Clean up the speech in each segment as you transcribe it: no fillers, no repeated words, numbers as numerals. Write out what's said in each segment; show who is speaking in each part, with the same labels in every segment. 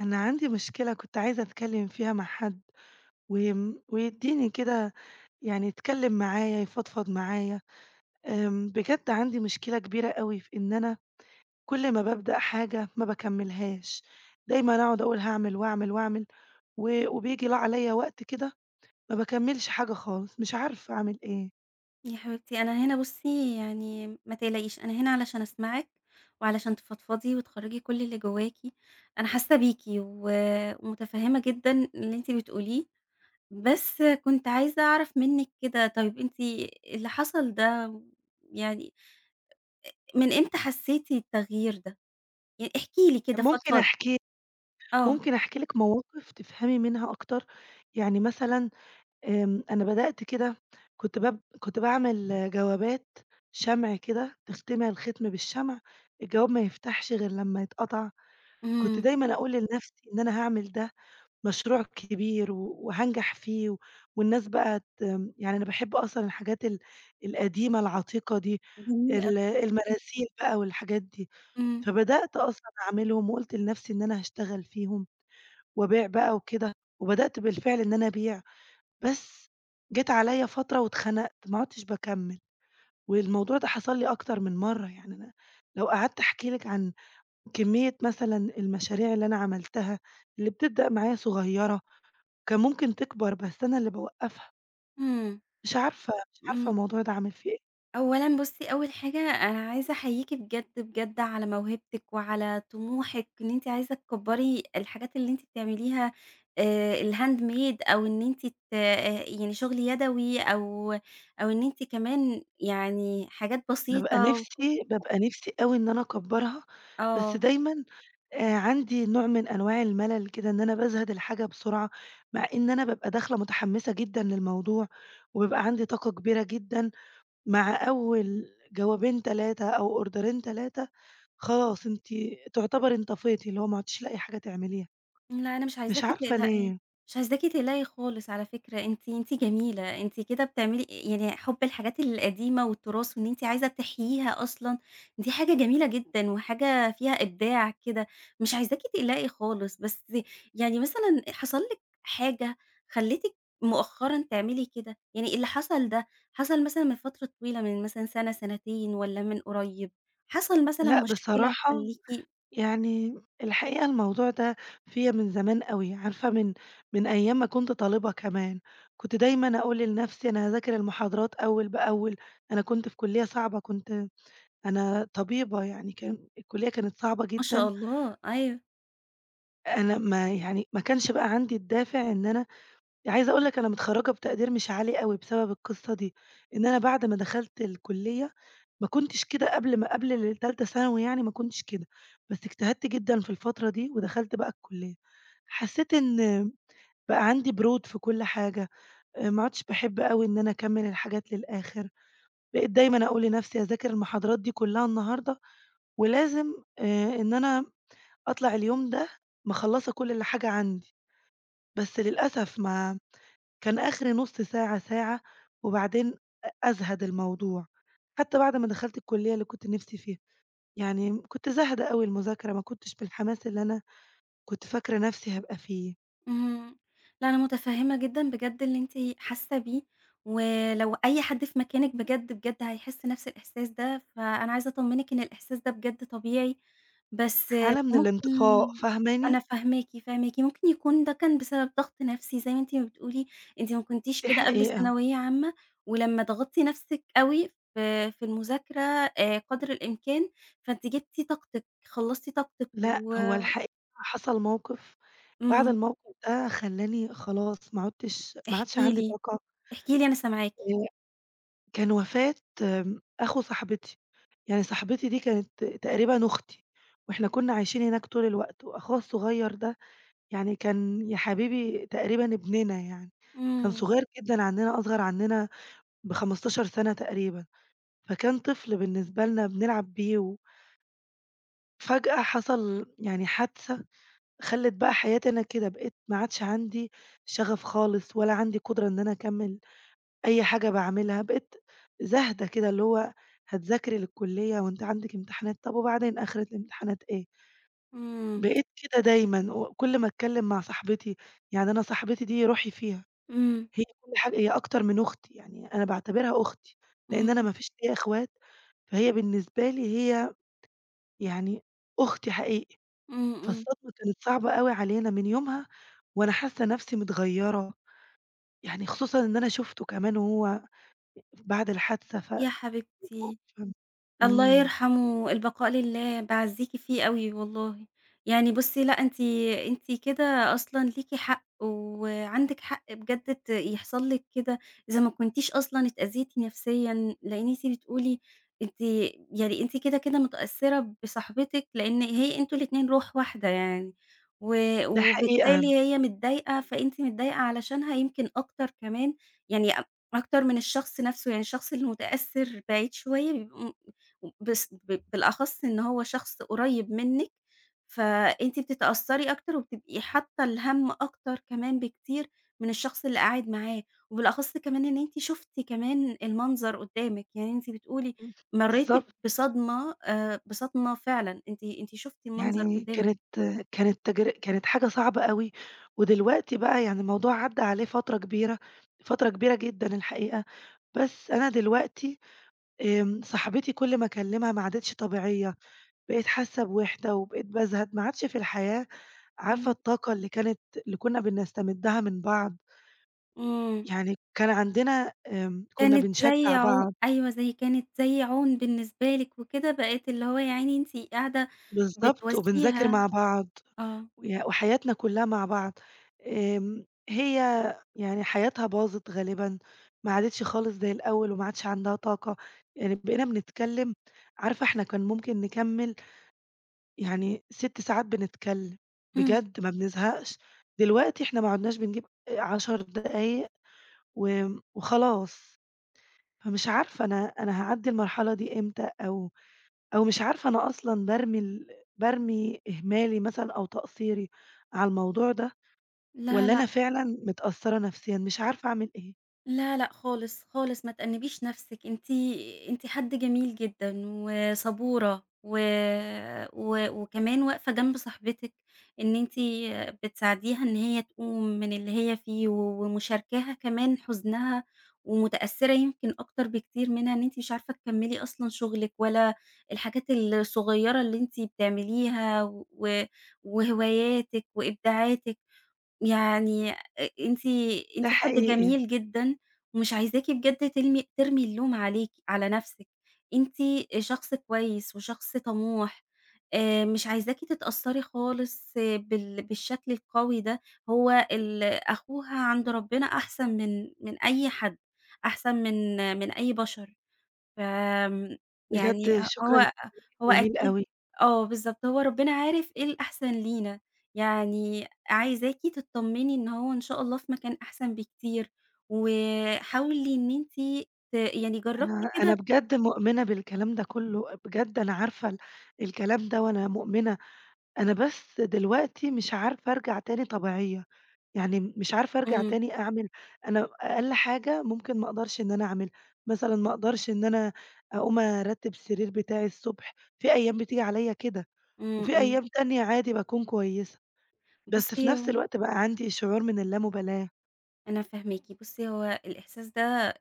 Speaker 1: أنا عندي مشكلة كنت عايزة أتكلم فيها مع حد ويديني كده، يعني يتكلم معايا يفضفض معايا. بجد عندي مشكلة كبيرة قوي في إن أنا كل ما ببدأ حاجة ما بكملهاش. دايما أقعد أقول هعمل وأعمل وأعمل، وبيجي لا عليا وقت كده ما بكملش حاجة خالص، مش عارفة أعمل إيه.
Speaker 2: يا حبيبتي أنا هنا بُصّي يعني ما تقلقيش، أنا هنا علشان أسمعِك، وعلشان تفضفضي وتخرّجي كل اللي جواكِ، أنا حاسة بيكِ ومتفهمة جدًا اللي أنتِ بتقوليه، بس كنت عايزة أعرف منِّك كده طيب أنتِ اللي حصل ده يعني من إمتى حسيتِ التغيير ده؟ يعني احكي لي كده
Speaker 1: ممكن
Speaker 2: فضفضي.
Speaker 1: أحكي
Speaker 2: آه.
Speaker 1: ممكن أحكي لك مواقف تفهمي منها أكتر، يعني مثلا. أنا بدأت كده، كنت باعمل جوابات شمع كده، تختمع الختم بالشمع، الجواب ما يفتحش غير لمّا يتقطع. كنت
Speaker 2: إمم.
Speaker 1: دايمًا أقول لنفسي إن أنا هاعمل ده مشروع كبير وهانجح فيه، والناس بقى يعني أنا باحب أصلًا الحاجات القديمة العتيقة دي،
Speaker 2: جميل أوي.
Speaker 1: المراسيل بقى والحاجات دي.
Speaker 2: إمم.
Speaker 1: فبدأت أصلًا أعملهم وقُلت لنفسي إن أنا هاشتغل فيهم وأبيع بقى وكده، وبدأت بالفعل إن أنا أبيع. بس جِت عليَّ فترة واتخنقت، ما عُدتش باكمّل. والموضوع ده حصل لي أكتر من مرّة. يعني أنا لو قعدت أحكي لِك عن كمية مثلًا المشاريع اللي أنا عملتها، اللي بتبدأ معايا صغيّرة، كان ممكن تكبر بس أنا اللي باوقّفها.
Speaker 2: إمم.
Speaker 1: مش عارفة
Speaker 2: إمم.
Speaker 1: الموضوع ده عامل فيّا إيه.
Speaker 2: أولًا بُصّي، أول حاجة أنا عايزة أحييكِ بجد، بجد على موهبتِك وعلى طموحِك إن أنتِ عايزة تكبّري الحاجات اللي أنتِ بتعمليها الhandmade أو إن أنتِ ت يعني شغل يدوي أو إن أنتِ كمان يعني حاجات بسيطة و
Speaker 1: بابقى نِفْسي أوي إن أنا أكبّرها، بس
Speaker 2: آه.
Speaker 1: دايمًا عندي نوع من أنواع الملل كده، إن أنا بازهد الحاجة بسرعة، مع إن أنا بابقى داخلة متحمّسة جدًا للموضوع، وبيبقى عندي طاقة كبيرة جدًا. مع أول جوابين 3 أو أوردرين 3، خلاص أنتِ تعتبر انطفيتِ، اللي هو ما عدتيش لاقي حاجة تعمليها،
Speaker 2: لا أنا مش
Speaker 1: مش
Speaker 2: عايزاكِ
Speaker 1: عارفة
Speaker 2: تقلقي،
Speaker 1: ليه.
Speaker 2: مش عايزاكِ تقلقي خالص على فكرة، أنتِ جميلة، أنتِ كده بتعملي يعني حُب الحاجات القديمة والتراث وإن أنتِ عايزة تحييها أصلًا، دي حاجة جميلة جدًا وحاجة فيها إبداع كده، مش عايزاكِ تقلقي خالص، بس يعني مثلًا حصل لِك حاجة خلّتِك مؤخرًا تعملي كده؟ يعني اللي حصل ده، حصل مثلًا من فترة طويلة من مثلًا سنة، سنتين والّا من قريب؟ حصل مثلًا
Speaker 1: لأ
Speaker 2: مشكلة
Speaker 1: بصراحة،
Speaker 2: تخلّيكِ
Speaker 1: يعني الحقيقة الموضوع ده فيّا من زمان أوي. عارفة، من أيام ما كنت طالبة كمان، كنت دايمًا أقول لنفسي أنا هاذاكر المحاضرات أول بأول. أنا كنت في كلية صعبة، كنت، أنا طبيبة يعني كان الكلية كانت صعبة
Speaker 2: ما شاء
Speaker 1: جدًا.
Speaker 2: الله، أيوه.
Speaker 1: أنا ما كانش بقى عندي الدافع إن أنا، عايزة أقول لك أنا متخرّجة بتقدير مش عالي أوي بسبب القصة دي. إن أنا بعد ما دخلت الكلية ما كنتش كده قبل التالتة ثانوي، يعني ما كنتش كده، بس اجتهدت جدًا في الفترة دي ودخلت بقى الكلية، حسيت إن بقى عندي برود في كل حاجة. ما عُدتش باحب أوي إن أنا أكمّل الحاجات للآخر، بقيت دايمًا أقول لنفسي هاذاكر المحاضرات دي كلها النهارده ولازم إن أنا أطلع اليوم ده مخلّصة كل اللي حاجة عندي، بس للأسف ما كان آخري نُص ساعة، ساعة، وبعدين أزهد الموضوع. حتى بعد ما دخلت الكلية اللي كنت نِفْسي فيها، يعني كنت زاهدة أوي المذاكرة، ما كنتش بالحماس اللي أنا كنت فاكرة نَفْسي هابقى فيه.
Speaker 2: اهم. لا أنا متفهمة جدًا بجد اللي أنتِ حاسة بيه، ولو أي حد في مكانِك بجد، بجد هيحس نفس الإحساس ده، فأنا عايزة أطمنِك إن الإحساس ده بجد طبيعي، بس
Speaker 1: حالة من
Speaker 2: ممكن
Speaker 1: الانطفاء، فاهماني؟
Speaker 2: أنا فاهماكِ، فاهماكِ، ممكن يكون ده كان بسبب ضغط نفسي زي ما أنتِ ما بتقولي، أنتِ ما كنتيش
Speaker 1: دي
Speaker 2: كده قبل
Speaker 1: حقيقة.
Speaker 2: ثانوية عامة، ولمّا ضغطتِ نفسِك أوي في المذاكرة قدر الإمكان، فأنتِ جبتِ طاقتِك، خلصتِ طاقتِك
Speaker 1: لأ
Speaker 2: و
Speaker 1: هو الحقيقة حصل موقف، بعد
Speaker 2: إمم،
Speaker 1: الموقف ده خلّاني خلاص ما عادش
Speaker 2: احكي
Speaker 1: عندي
Speaker 2: لي،
Speaker 1: طاقة.
Speaker 2: احكي لي أنا سامعاكِ.
Speaker 1: كان وفاة، أخو صاحبتي، يعني صاحبتي دي كانت تقريبًا أختي، وإحنا كنا عايشين هناك طول الوقت، وأخوها الصغير ده يعني كان يا حبيبي تقريبًا ابننا يعني. كان
Speaker 2: إمم.
Speaker 1: صغير جدًا عننا، أصغر عننا ب15 سنة تقريبًا، فكان طفل بالنسبة لنا بنلعب بيه. وفجأة حصل يعني حادثة خلّت بقى حياتي أنا كده، بقيت ما عادش عندي شغف خالص، ولا عندي قدرة إن أنا أكمّل. أي حاجة باعملها بقيت زاهدة كده، اللي هو هتذاكري للكلية وأنتِ عندِك امتحانات، طب وبعدين آخرة الامتحانات إيه؟
Speaker 2: إمم.
Speaker 1: بقيت كده دايمًا، وكل ما أتكلم مع صاحبتي، يعني أنا صاحبتي دي روحي فيها،
Speaker 2: إمم.
Speaker 1: هي كل حاجة، هي أكتر من أختي، يعني أنا باعتبرها أختي، لأن أنا
Speaker 2: إمم.
Speaker 1: ما فيش ليّا إخوات، فهي بالنسبة لي هي يعني أختي حقيقي.
Speaker 2: إمم. إمم.
Speaker 1: فالصدمة كانت صعبة أوي علينا من يومها، وأنا حاسة نفسي متغيرة، يعني خصوصًا إن أنا شُفته كمان وهو بعد الحادثة
Speaker 2: يا حبيبتي.
Speaker 1: مُفهم.
Speaker 2: الله
Speaker 1: إمم.
Speaker 2: يرحمه، البقاء لله، باعزّيكِ فيه أوي والله. يعني بُصّي، لأ أنتِ كده أصلًا ليكِ حق، وعندِك حق بجد يحصل لِك كده إذا ما كنتيش أصلًا اتأذيتِ نفسيًا، لإن أنتِ بتقولي أنتِ يعني كده، كده متأثّرة بصاحبتِك، لإن هي أنتم الاتنين روح واحدة يعني، و
Speaker 1: ده
Speaker 2: وبالتالي
Speaker 1: حقيقة.
Speaker 2: هي متضايقة، فأنتِ متضايقة علشانها يمكن أكتر كمان، يعني أكتر من الشخص نفسه، يعني الشخص المتأثّر بعيد شوية بيبقى بس بالأخص إن هو شخص قريب منِّك، فأنتِ بتتأثّري أكتر وبتبقي حاطّة الهَم أكتر كمان بكتير من الشخص اللي قاعد معاه، وبالأخص كمان إن أنتِ شُفتِ كمان المنظر قدّامِك، يعني أنتِ بتقولي مرّيتِ
Speaker 1: بالضبط.
Speaker 2: بصدمة بصدمة فعلًا، أنتِ شُفتِ المنظر
Speaker 1: يعني
Speaker 2: قدّامِك.
Speaker 1: كانت حاجة صعبة أوي. ودلوقتي بقى يعني الموضوع عدّى عليه فترة كبيرة، فترة كبيرة جدًا الحقيقة، بس أنا دلوقتي، صاحبتي كل ما أكلمها ما عادتش طبيعية، بقيت حاسة بوحدة وبقيت بازهد، ما عادش في الحياة، عارفة
Speaker 2: إمم.
Speaker 1: الطاقة اللي كانت، اللي كنا بنستمدها من بعض،
Speaker 2: إمم،
Speaker 1: يعني كان عندنا، كنا
Speaker 2: كانت زي
Speaker 1: بنشجع
Speaker 2: عو
Speaker 1: بعض
Speaker 2: أيوه، زي عون بالنسبة لِك وكده، بقت اللي هو يا عيني أنتِ قاعدة
Speaker 1: بالضبط، وبنذاكر
Speaker 2: بتواسيها
Speaker 1: مع بعض،
Speaker 2: آه.
Speaker 1: ويا وحياتنا كلّها مع بعض. هي يعني حياتها باظت غالبًا، ما عادتش خالص زي الأول وما عادش عندها طاقة. يعني بقينا بنتكلم، عارفة إحنا كان ممكن نكمّل يعني 6 ساعات بنتكلم،
Speaker 2: إمم.
Speaker 1: بجد ما بنزهقش، دلوقتي إحنا ما عدناش بنجيب 10 دقايق و وخلاص. فمش عارفة أنا هاعدّي المرحلة دي إمتى، أو مش عارفة أنا أصلًا بارمي إهمالي مثلًا أو تقصيري على الموضوع ده،
Speaker 2: لا.
Speaker 1: والّا
Speaker 2: لأ.
Speaker 1: أنا فعلًا متأثّرة نفسيًا مش عارفة أعمل إيه.
Speaker 2: لا، لأ خالص، خالص ما تأنِّبيش نَفْسِك، أنتِ حد جميل جدًا وصبورة و و وكمان واقفة جنب صاحبتِك إن أنتِ بتساعديها إن هي تقوم من اللي هي فيه ومشاركاها كمان حزنها ومتأثّرة يمكن أكتر بكتير منها إن أنتِ مش عارفة تكمّلي أصلًا شُغلِك ولا الحاجات الصغيّرة اللي أنتِ بتعمليها و وهواياتِك وإبداعاتِك. يعني أ أنتِ
Speaker 1: ده
Speaker 2: أنتِ حد
Speaker 1: حقيقي.
Speaker 2: جميل جدًا، ومش عايزاكِ بجد ترمي اللوم عليكِ على نفسِك، أنتِ شخص كويس وشخص طموح، مش عايزاكِ تتأثّري خالص آه، بالشكل القوي ده، هو أخوها عند ربنا أحسن من أي حد، أحسن من أي بشر. فآمم يعني
Speaker 1: بجد
Speaker 2: ه
Speaker 1: شكرًا ليك،
Speaker 2: هو هو
Speaker 1: جميل
Speaker 2: أكيد
Speaker 1: أوي.
Speaker 2: آه بالضبط، هو ربنا عارف إيه الأحسن لينا، يعني عايزاكِ تتطمني إن هو إن شاء الله في مكان أحسن بكتير، وحاولي إن أنتِ يعني جربتِ
Speaker 1: أنا
Speaker 2: كده.
Speaker 1: بجد مؤمنة بالكلام ده كلّه، بجد أنا عارفة الكلام ده وأنا مؤمنة. أنا بس دلوقتي مش عارفة أرجع تاني طبيعية، يعني مش عارفة أرجع
Speaker 2: إمم.
Speaker 1: تاني أعمل، أنا أقل حاجة ممكن ما أقدرش إن أنا أعملها، مثلًا ما أقدرش إن أنا أقوم أرتّب السرير بتاعي الصبح، في أيام بتيجي عليَّ كده،
Speaker 2: إمم.
Speaker 1: وفي
Speaker 2: إمم.
Speaker 1: أيام تانية عادي باكون كويسة. بس في
Speaker 2: بُصي
Speaker 1: نفس
Speaker 2: هو
Speaker 1: الوقت بقى عندي شعور من اللامبالاة.
Speaker 2: أنا فاهماكِ، بُصّي هو الإحساس ده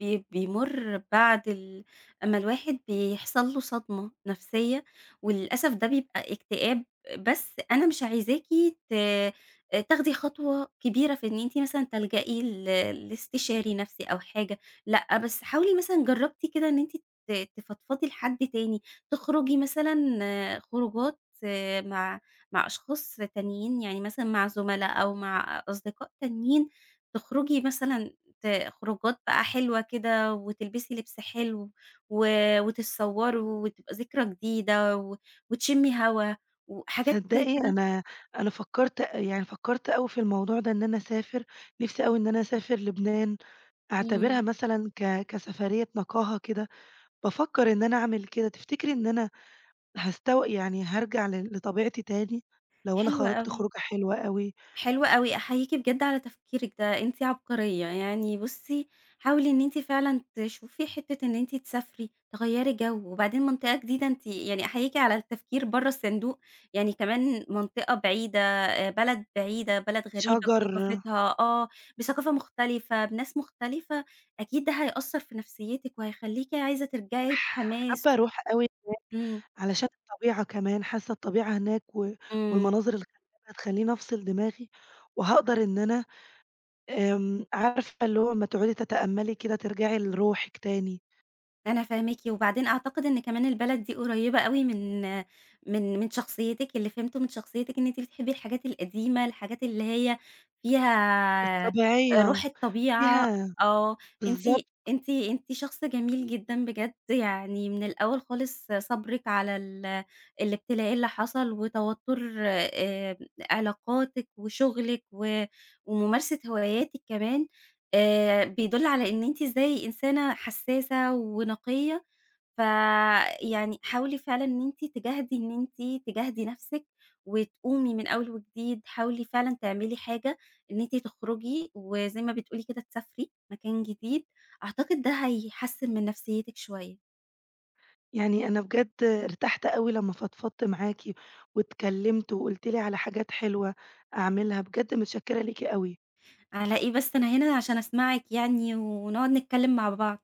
Speaker 2: بيمُر بعد ال أمّا الواحد بيحصل له صدمة نفسية، وللأسف ده بيبقى اكتئاب، بس أنا مش عايزاكِ ت تاخدي خطوة كبيرة في إن أنتِ مثلًا تلجئي لاستشاري نفسي أو حاجة، لأ، بس حاولي مثلًا جرّبتِ كده إن أنتِ تفضفضي لحد تاني، تخرجي مثلًا خروجات مع أشخاص تانيين، يعني مثلًا مع زملاء أو مع أصدقاء تانيين تخرجي مثلًا خروجات بقى حلوة كده وتلبسي لبس حلو و وتتصوروا وتبقى ذكرى جديدة وتشمي هوا وحاجات زي
Speaker 1: تصدقي،
Speaker 2: كده.
Speaker 1: أنا فكّرت، أوي في الموضوع ده إن أنا أسافر، نِفْسي أوي إن أنا أسافر لبنان، أعتبرها
Speaker 2: إمم.
Speaker 1: مثلًا كسفرية نقاهة كده. بافكّر إن أنا أعمل كده، تفتكري إن أنا هاستو يعني هارجع لطبيعتي تاني لو أنا
Speaker 2: حلوة
Speaker 1: خرجت
Speaker 2: أوي.
Speaker 1: خروجة حلوة أوي.
Speaker 2: حلو أوي، أحييكِ بجد على تفكيرِك ده، أنتِ عبقرية، يعني بُصّي حاولي إن أنتِ فعلًا تشوفي حتّة إن أنتِ تسافري، تغيّري جو، وبعدين منطقة جديدة أنتِ يعني أحييكِ على التفكير برّه الصندوق، يعني كمان منطقة بعيدة، بلد بعيدة، بلد غريبة
Speaker 1: شجر
Speaker 2: بثقافتها، بثقافة مختلفة، بناس مختلفة، أكيد ده هيأثّر في نفسيتِك وهيخلّيكِ عايزة ترجعي آه. بحماس
Speaker 1: حابة أروح أوي
Speaker 2: إمم.
Speaker 1: علشان الطبيعة كمان، حاسة الطبيعة هناك و
Speaker 2: إمم.
Speaker 1: والمناظر الخلابة هتخلّيني أفصل دماغي، وهاقدر إن أنا، عارفة اللي هو أمّا تقعدي تتأمّلي كده ترجعي لروحِك تاني،
Speaker 2: أنا فاهماكِ، وبعدين أعتقد إن كمان البلد دي قريبة أوي من شخصيتِك، اللي فهمته من شخصيتِك إن أنتِ بتحبي الحاجات القديمة، الحاجات اللي هي فيها
Speaker 1: الطبيعية
Speaker 2: روح الطبيعة
Speaker 1: فيها
Speaker 2: آه، أنتِ
Speaker 1: بالضبط.
Speaker 2: أنتِ شخص جميل جدًا بجد، يعني من الأول خالص صبرِك على الابتلاء اللي حصل وتوتر علاقاتِك وشغلِك وممارسة هواياتِك كمان. بيدُل على إن أنتِ إزاي إنسانة حسّاسة ونقيّة، فيعني حاولي فعلًا إن أنتِ تجاهدي نَفْسِك وتقومي من أول وجديد، حاولي فعلًا تعملي حاجة إن أنتِ تخرُجي وزي ما بتقولي كده تسافري مكان جديد، أعتقد ده هيحسّن من نفسيّتِك شوية.
Speaker 1: يعني أنا بجد ارتحت أوي لمّا فضفضت معاكِ واتكلّمت وقُلتِ لي على حاجات حلوة أعملها، بجد متشكّرة ليكِ أوي.
Speaker 2: على إيه بس أنا هنا عشان أسمعِك يعني ونقعد نتكلّم مع بعض.